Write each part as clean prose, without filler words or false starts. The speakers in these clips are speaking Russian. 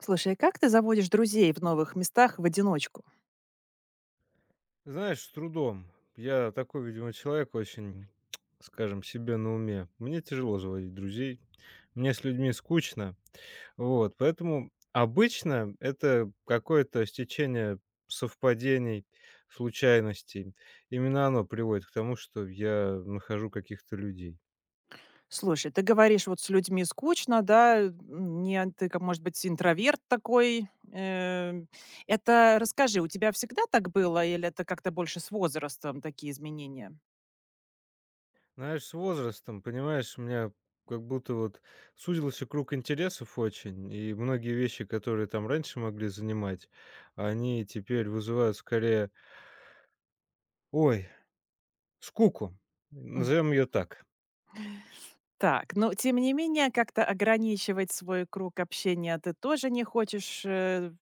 Слушай, а как ты заводишь друзей в новых местах в одиночку? Знаешь, с трудом. Я такой, видимо, человек очень, скажем, себе на уме. Мне тяжело заводить друзей, мне с людьми скучно. Вот, поэтому обычно это какое-то стечение совпадений, случайностей. Именно оно приводит к тому, что я нахожу каких-то людей. Слушай, ты говоришь, вот с людьми скучно, да, не, ан- ты, как, может быть, интроверт такой. Это, расскажи, у тебя всегда так было или это как-то больше с возрастом такие изменения? Знаешь, с возрастом, понимаешь, у меня как будто вот сузился круг интересов очень, и многие вещи, которые там раньше могли занимать, они теперь вызывают скорее, ой, скуку, М, назовем ее так. Так, но тем не менее, как-то ограничивать свой круг общения ты тоже не хочешь,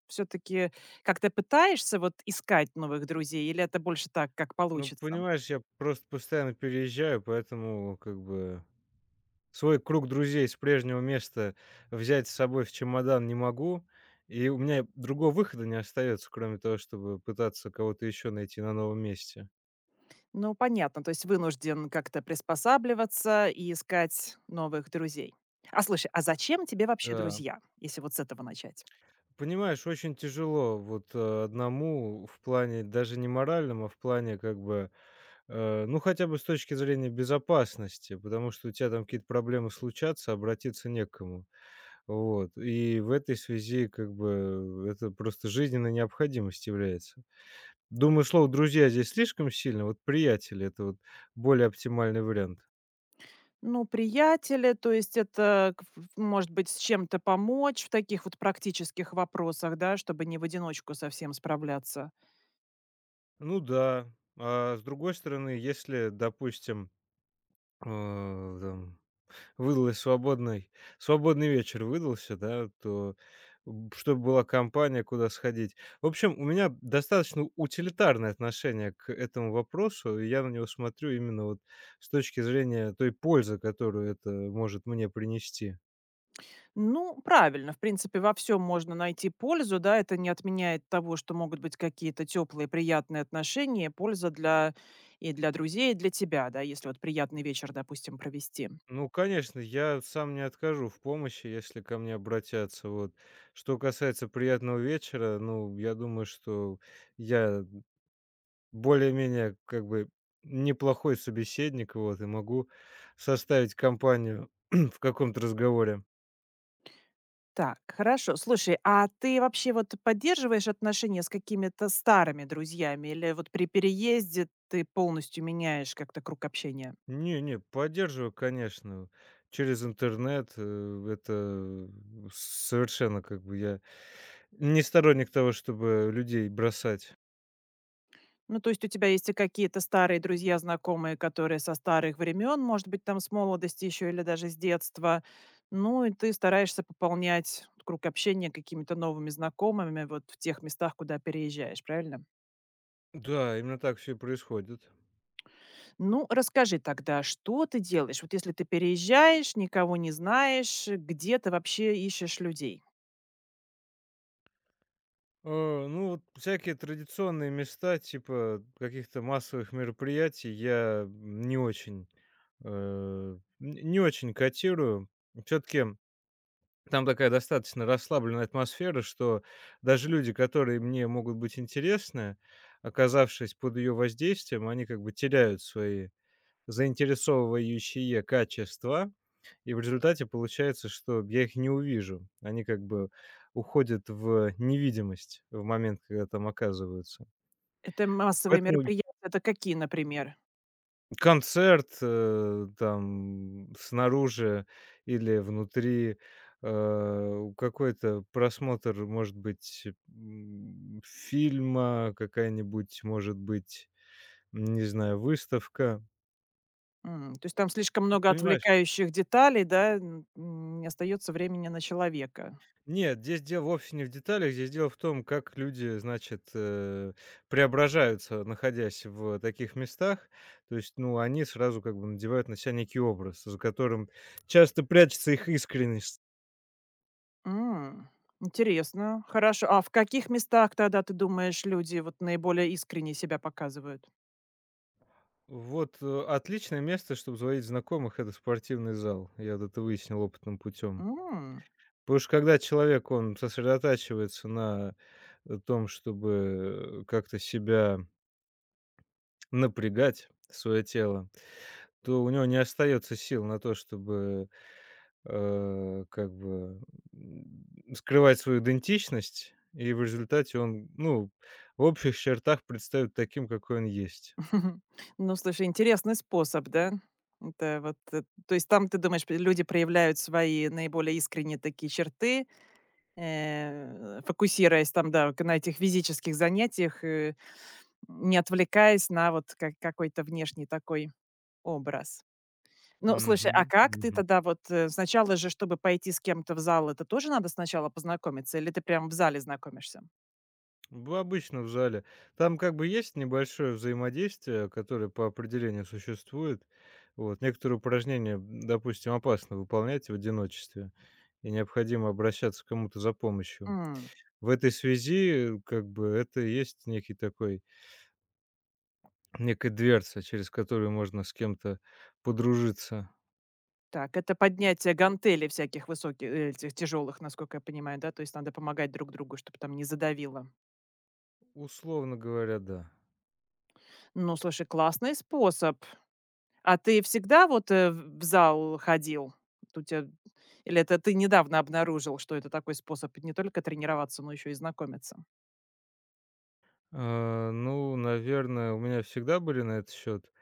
все-таки как-то пытаешься вот искать новых друзей или это больше так, как Ну, получится? понимаешь, я просто постоянно переезжаю, поэтому как бы свой круг друзей с прежнего места взять с собой в чемодан не могу, и у меня другого выхода не остается, кроме того, чтобы пытаться кого-то еще найти на новом месте. Ну, понятно, то есть вынужден как-то приспосабливаться и искать новых друзей. А слушай, а зачем тебе вообще Да. друзья, если вот с этого начать? Понимаешь, очень тяжело вот, одному в плане даже не моральном, а в плане как бы, ну, хотя бы с точки зрения безопасности, потому что у тебя там какие-то проблемы случатся, обратиться некому. Вот, и в этой связи как бы это просто жизненная необходимость является. Думаю, слово "друзья" здесь слишком сильно, вот "приятели" — это вот более оптимальный вариант. Ну, приятели, то есть это, к- ф- может быть, с чем-то помочь в таких вот практических вопросах, да, чтобы не в одиночку совсем справляться. Ну да, а с другой стороны, если, допустим, там выдалась свободный свободный вечер выдался, да, то, чтобы была компания, куда сходить. В общем, у меня достаточно утилитарное отношение к этому вопросу, и я на него смотрю именно вот с точки зрения той пользы, которую это может мне принести. Ну, правильно, в принципе, во всем можно найти пользу, да, это не отменяет того, что могут быть какие-то теплые, приятные отношения, польза для и для друзей, и для тебя, да, если вот приятный вечер, допустим, провести. Ну, конечно, я сам не откажу в помощи, если ко мне обратятся, вот. Что касается приятного вечера, ну, я думаю, что я более-менее как бы неплохой собеседник, вот, и могу составить компанию в каком-то разговоре. Так, хорошо. Слушай, а ты вообще вот поддерживаешь отношения с какими-то старыми друзьями или вот при переезде ты полностью меняешь как-то круг общения? Не-не, поддерживаю, конечно. Через интернет, это совершенно как бы я не сторонник того, чтобы людей бросать. Ну, то есть у тебя есть и какие-то старые друзья, знакомые, которые со старых времен, может быть, там с молодости еще или даже с детства. Ну, и ты стараешься пополнять круг общения какими-то новыми знакомыми вот в тех местах, куда переезжаешь, правильно? Да, именно так все и происходит. Ну, расскажи тогда, что ты делаешь? Вот если ты переезжаешь, никого не знаешь, где ты вообще ищешь людей? Ну, вот всякие традиционные места типа каких-то массовых мероприятий я Э, не очень котирую. Все таки там такая достаточно расслабленная атмосфера, что даже люди, которые мне могут быть интересны, оказавшись под ее воздействием, они как бы теряют свои заинтересовывающие качества, и в результате получается, что я их не увижу. Они как бы уходят в невидимость в момент, когда там оказываются. Это массовые Поэтому мероприятия, это какие, например? концерт, там, снаружи или внутри, какой-то просмотр, может быть, фильма, какая-нибудь, может быть, не знаю, выставка. М, то есть там слишком много Понимаешь? отвлекающих деталей, да, н- не остается времени на человека. Нет, здесь дело вовсе не в деталях, здесь дело в том, как люди, значит, преображаются, находясь в таких местах. То есть, ну, они сразу как бы надевают на себя некий образ, за которым часто прячется их искренность. М, Интересно, хорошо. А в каких местах тогда ты думаешь, люди вот наиболее искренне себя показывают? Вот, отличное место, чтобы звонить знакомых — это спортивный зал. Я вот это выяснил опытным путем. Потому что когда человек, он сосредотачивается на, том, чтобы, как-то себя напрягать, свое тело, то у него не остается сил на то, чтобы, как бы, м, скрывать свою идентичность, и в результате он, ну, в общих чертах представит таким, какой он есть. Мгм. Ну, слушай, интересный способ, да? Это вот, то есть там, ты думаешь, п люди проявляют свои наиболее искренние такие черты, фокусируясь там, да, к на этих физических занятиях, не отвлекаясь на вот ка какой-то внешний такой образ. Ну, слушай, а Мгм. как ты тогда вот, сначала же, чтобы пойти с кем-то в зал, это тоже надо сначала познакомиться или ты прям в зале знакомишься? В Обычно в зале. Там как бы есть небольшое взаимодействие, которое по определению существует. Вот. Некоторые упражнения, допустим, опасно выполнять в одиночестве, и необходимо обращаться к кому-то за помощью. В этой связи, как бы, это и есть некий такой, некая дверца, через которую можно с кем-то подружиться. Так, это поднятие гантелей всяких высоких, этих тяжелых, насколько я понимаю, да? То есть надо помогать друг другу, чтобы там не задавило. Условно говоря, да. Ну, слушай, классный способ. А ты всегда вот, в зал ходил? У тя или это ты недавно обнаружил, что это такой способ не только тренироваться, но еще и знакомиться? Ну, наверное, у меня всегда были на этот счет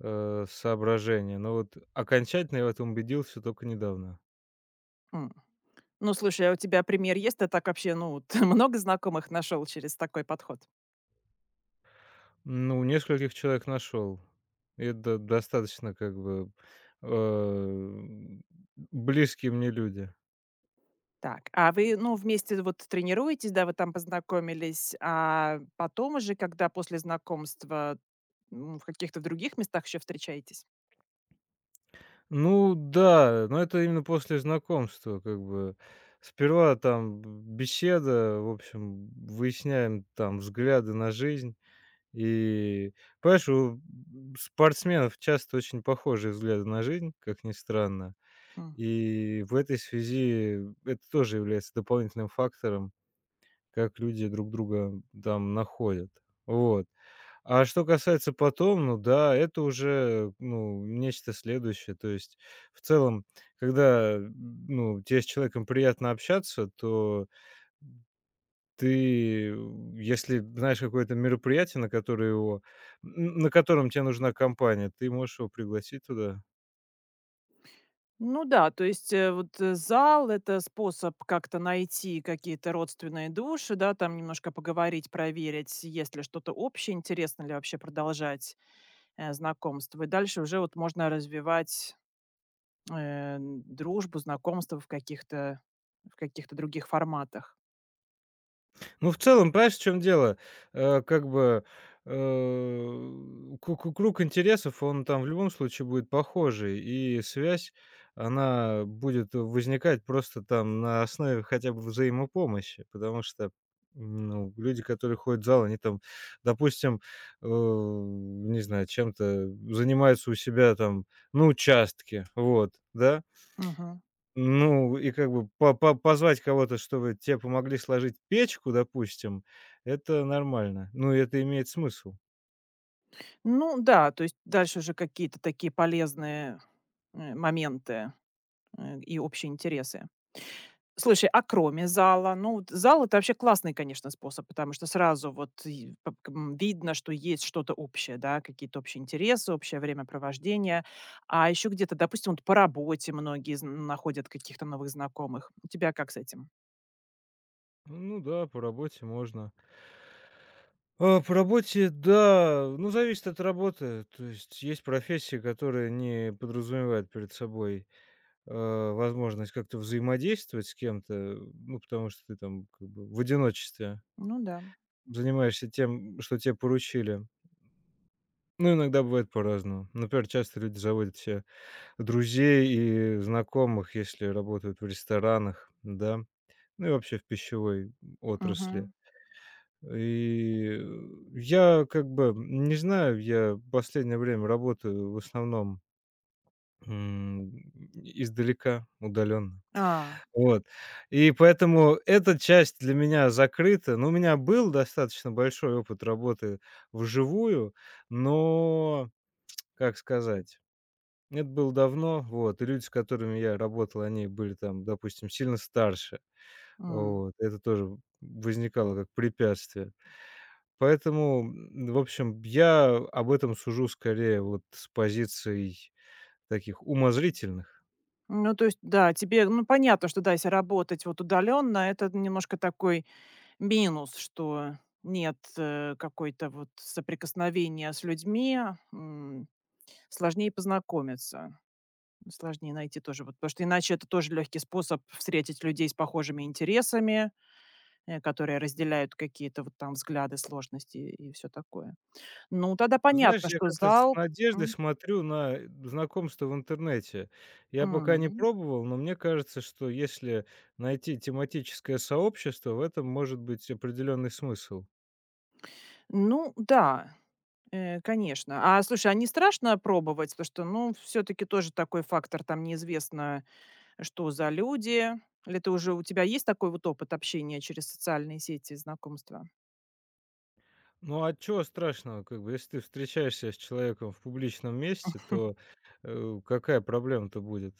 соображения, но вот окончательно я в этом убедился только недавно. М. Ну, слушай, а у тебя пример есть? Ты так вообще, ну, ты много знакомых нашел через такой подход? Ну, нескольких человек нашел. И это достаточно как бы э, близкие мне люди. Так, а вы, ну, вместе вот тренируетесь, да, вы там познакомились, а потом уже, когда после знакомства М, в каких-то других местах еще встречаетесь? Ну да, но это именно после знакомства, как бы. Сперва там беседа, в общем, выясняем там взгляды на жизнь. И, понимаешь, у спортсменов часто очень похожие взгляды на жизнь, как ни странно. Хм. И в этой связи это тоже является дополнительным фактором, как люди друг друга там находят. Вот. А что касается потом, ну да, это уже, ну, нечто следующее. То есть, в целом, когда, ну, тебе с человеком приятно общаться, то ты, если знаешь какое-то мероприятие, на которое его, на котором тебе нужна компания, ты можешь его пригласить туда. Ну да, то есть, зал- это способ как-то найти какие-то родственные души, да, там немножко поговорить, проверить, есть ли что-то общее, интересно ли вообще продолжать, знакомство. И дальше уже вот можно развивать, дружбу, знакомство в каких-то других форматах. Ну, в целом, понимаешь, в чём дело? Как бы, ку ку круг интересов, он там в любом случае будет похожий, и связь, она будет возникать просто там на основе хотя бы взаимопомощи, потому что, ну, люди, которые ходят в зал, они там, допустим, не знаю, чем-то занимаются у себя там на участке, вот, да? Мгм. Ну, и как бы по позвать кого-то, чтобы те помогли сложить печку, допустим, это нормально. Ну, и это имеет смысл. Ну да, то есть дальше уже какие-то такие полезные, моменты, и общие интересы. Слушай, а кроме зала? Ну, вот зал- это вообще классный, конечно, способ, потому что сразу вот и п к м, видно, что есть что-то общее, да, какие-то общие интересы, общее времяпровождение. А еще где-то, допустим, вот по работе многие зн находят каких-то новых знакомых. У тебя как с этим? Ну да, по работе можно. По работе, да, ну, зависит от работы. То есть есть профессии, которые не подразумевают перед собой, э, возможность как-то взаимодействовать с кем-то, ну, потому что ты там как бы в одиночестве Ну да. занимаешься тем, что тебе поручили. Ну, иногда бывает по-разному. Например, часто люди заводят себе друзей и знакомых, если работают в ресторанах, да, ну и вообще в пищевой отрасли. Мгм. И э, я как бы не знаю, я в последнее время работаю в основном, м, издалека, удаленно. А, Вот. И поэтому эта часть для меня закрыта. Но у меня был достаточно большой опыт работы вживую, но, как сказать, это было давно, вот, и люди, с которыми я работал, они были там, допустим, сильно старше. м. Вот, это тоже возникало как препятствие. Поэтому, в общем, я об этом сужу скорее вот с позиций таких умозрительных. Ну, то есть, да, тебе, ну, понятно, что, да, если работать вот удаленно, это немножко такой минус, что нет, какой-то вот соприкосновения с людьми, м, сложнее познакомиться, сложнее найти тоже вот. Потому что иначе это тоже легкий способ встретить людей с похожими интересами, которые разделяют какие-то вот там взгляды, сложности и все такое. Ну, тогда Знаешь, понятно, я что как-то с зал надеждой М, смотрю на знакомство в интернете. Я пока не м. пробовал, но мне кажется, что если найти тематическое сообщество, в этом может быть определенный смысл. Ну да, конечно. А слушай, а не страшно пробовать? Потому что, ну, все таки тоже такой фактор, там неизвестно, что за люди? Или ты уже у тебя есть такой вот опыт общения через социальные сети, знакомства? Ну, а чё страшного? Как бы, если ты встречаешься с человеком в публичном месте, то, какая проблема-то будет?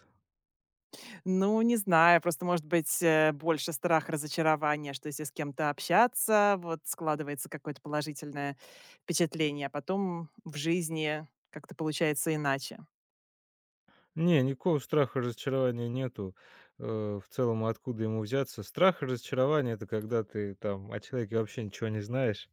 Ну, не знаю, просто, может быть, больше страх разочарования, что если с кем-то общаться, вот складывается какое-то положительное впечатление, а потом в жизни как-то получается иначе. Не, никакого страха разочарования нету. В целом, откуда ему взяться? Страх и разочарование — это когда ты там о человеке вообще ничего не знаешь.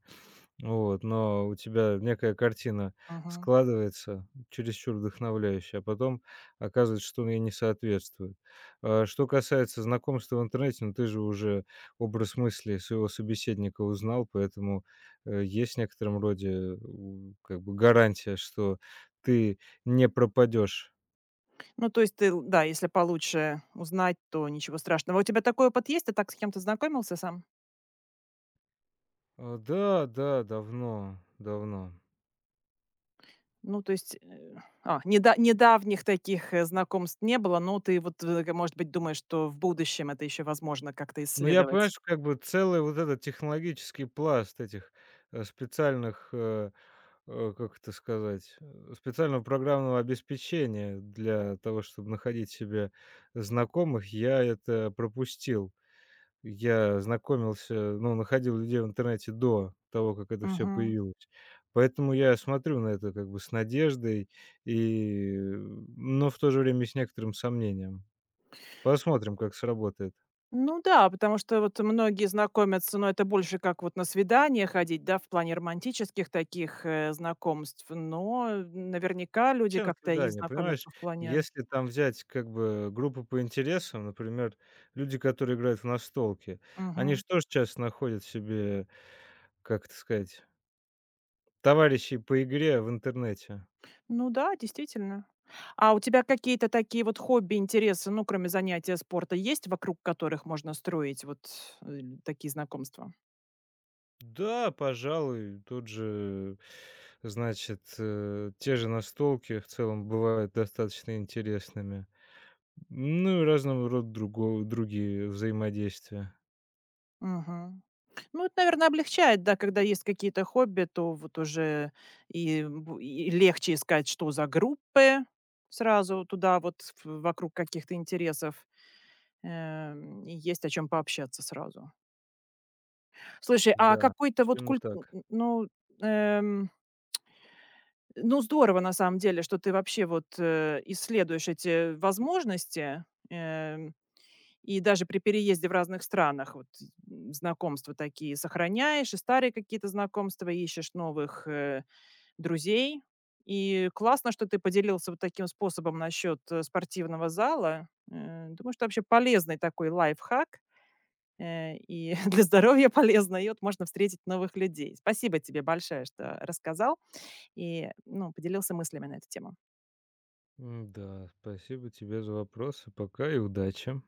Вот, но у тебя некая картина Мгм. складывается, чересчур вдохновляющая, а потом оказывается, что он ей не соответствует. Что касается знакомства в интернете, ну ты же уже образ мысли своего собеседника узнал, поэтому есть в некотором роде как бы гарантия, что ты не пропадешь. Ну, то есть ты, л- да, если получше узнать, то ничего страшного. А у тебя такой опыт есть? Ты так с кем-то знакомился сам? Да, да, давно, давно. Ну, то есть, недавних таких, знакомств не было, но ты вот, может быть, думаешь, что в будущем это еще возможно как-то Ну, я, исследовать? понимаешь, как бы целый вот этот технологический пласт этих, специальных, как это сказать, специального программного обеспечения для того, чтобы находить себе знакомых, я это пропустил. Я знакомился, ну, находил людей в интернете до того, как это все Мгм. появилось. Поэтому я смотрю на это как бы с надеждой и, но в то же время и с некоторым сомнением. Посмотрим, как сработает. Ну да, потому что вот многие знакомятся, но это больше как вот на свидания ходить, да, в плане романтических таких, знакомств, но наверняка люди Чем как-то и свидание? Понимаешь, знакомятся в плане если там взять как бы группы по интересам, например, люди, которые играют в настолки, они Мгм. же тоже часто находят себе, как это сказать, товарищей по игре в интернете. Ну да, действительно. А у тебя какие-то такие вот хобби, интересы, ну, кроме занятия спорта, есть, вокруг которых можно строить вот, такие знакомства? Да, пожалуй, тут же, значит, те же настолки в целом бывают достаточно интересными. Ну и разного рода другие взаимодействия. Мгм. Ну, это, наверное, облегчает, да, когда есть какие-то хобби, то вот уже и легче искать, что за группы сразу туда вот, в вокруг каких-то интересов, и есть о чем пообщаться сразу. Слушай, а Да, какой-то вот именно культ так. ну, эм, ну, здорово на самом деле, что ты вообще вот, исследуешь эти возможности, эм, и даже при переезде в разных странах вот, знакомства такие сохраняешь, и старые какие-то знакомства, ищешь новых, друзей. И классно, что ты поделился вот таким способом насчет, спортивного зала. Думаю, что вообще полезный такой лайфхак и для здоровья полезно, и вот можно встретить новых людей. Спасибо тебе большое, что рассказал и, ну, поделился мыслями на эту тему. Да, спасибо тебе за вопросы. Пока и удачи.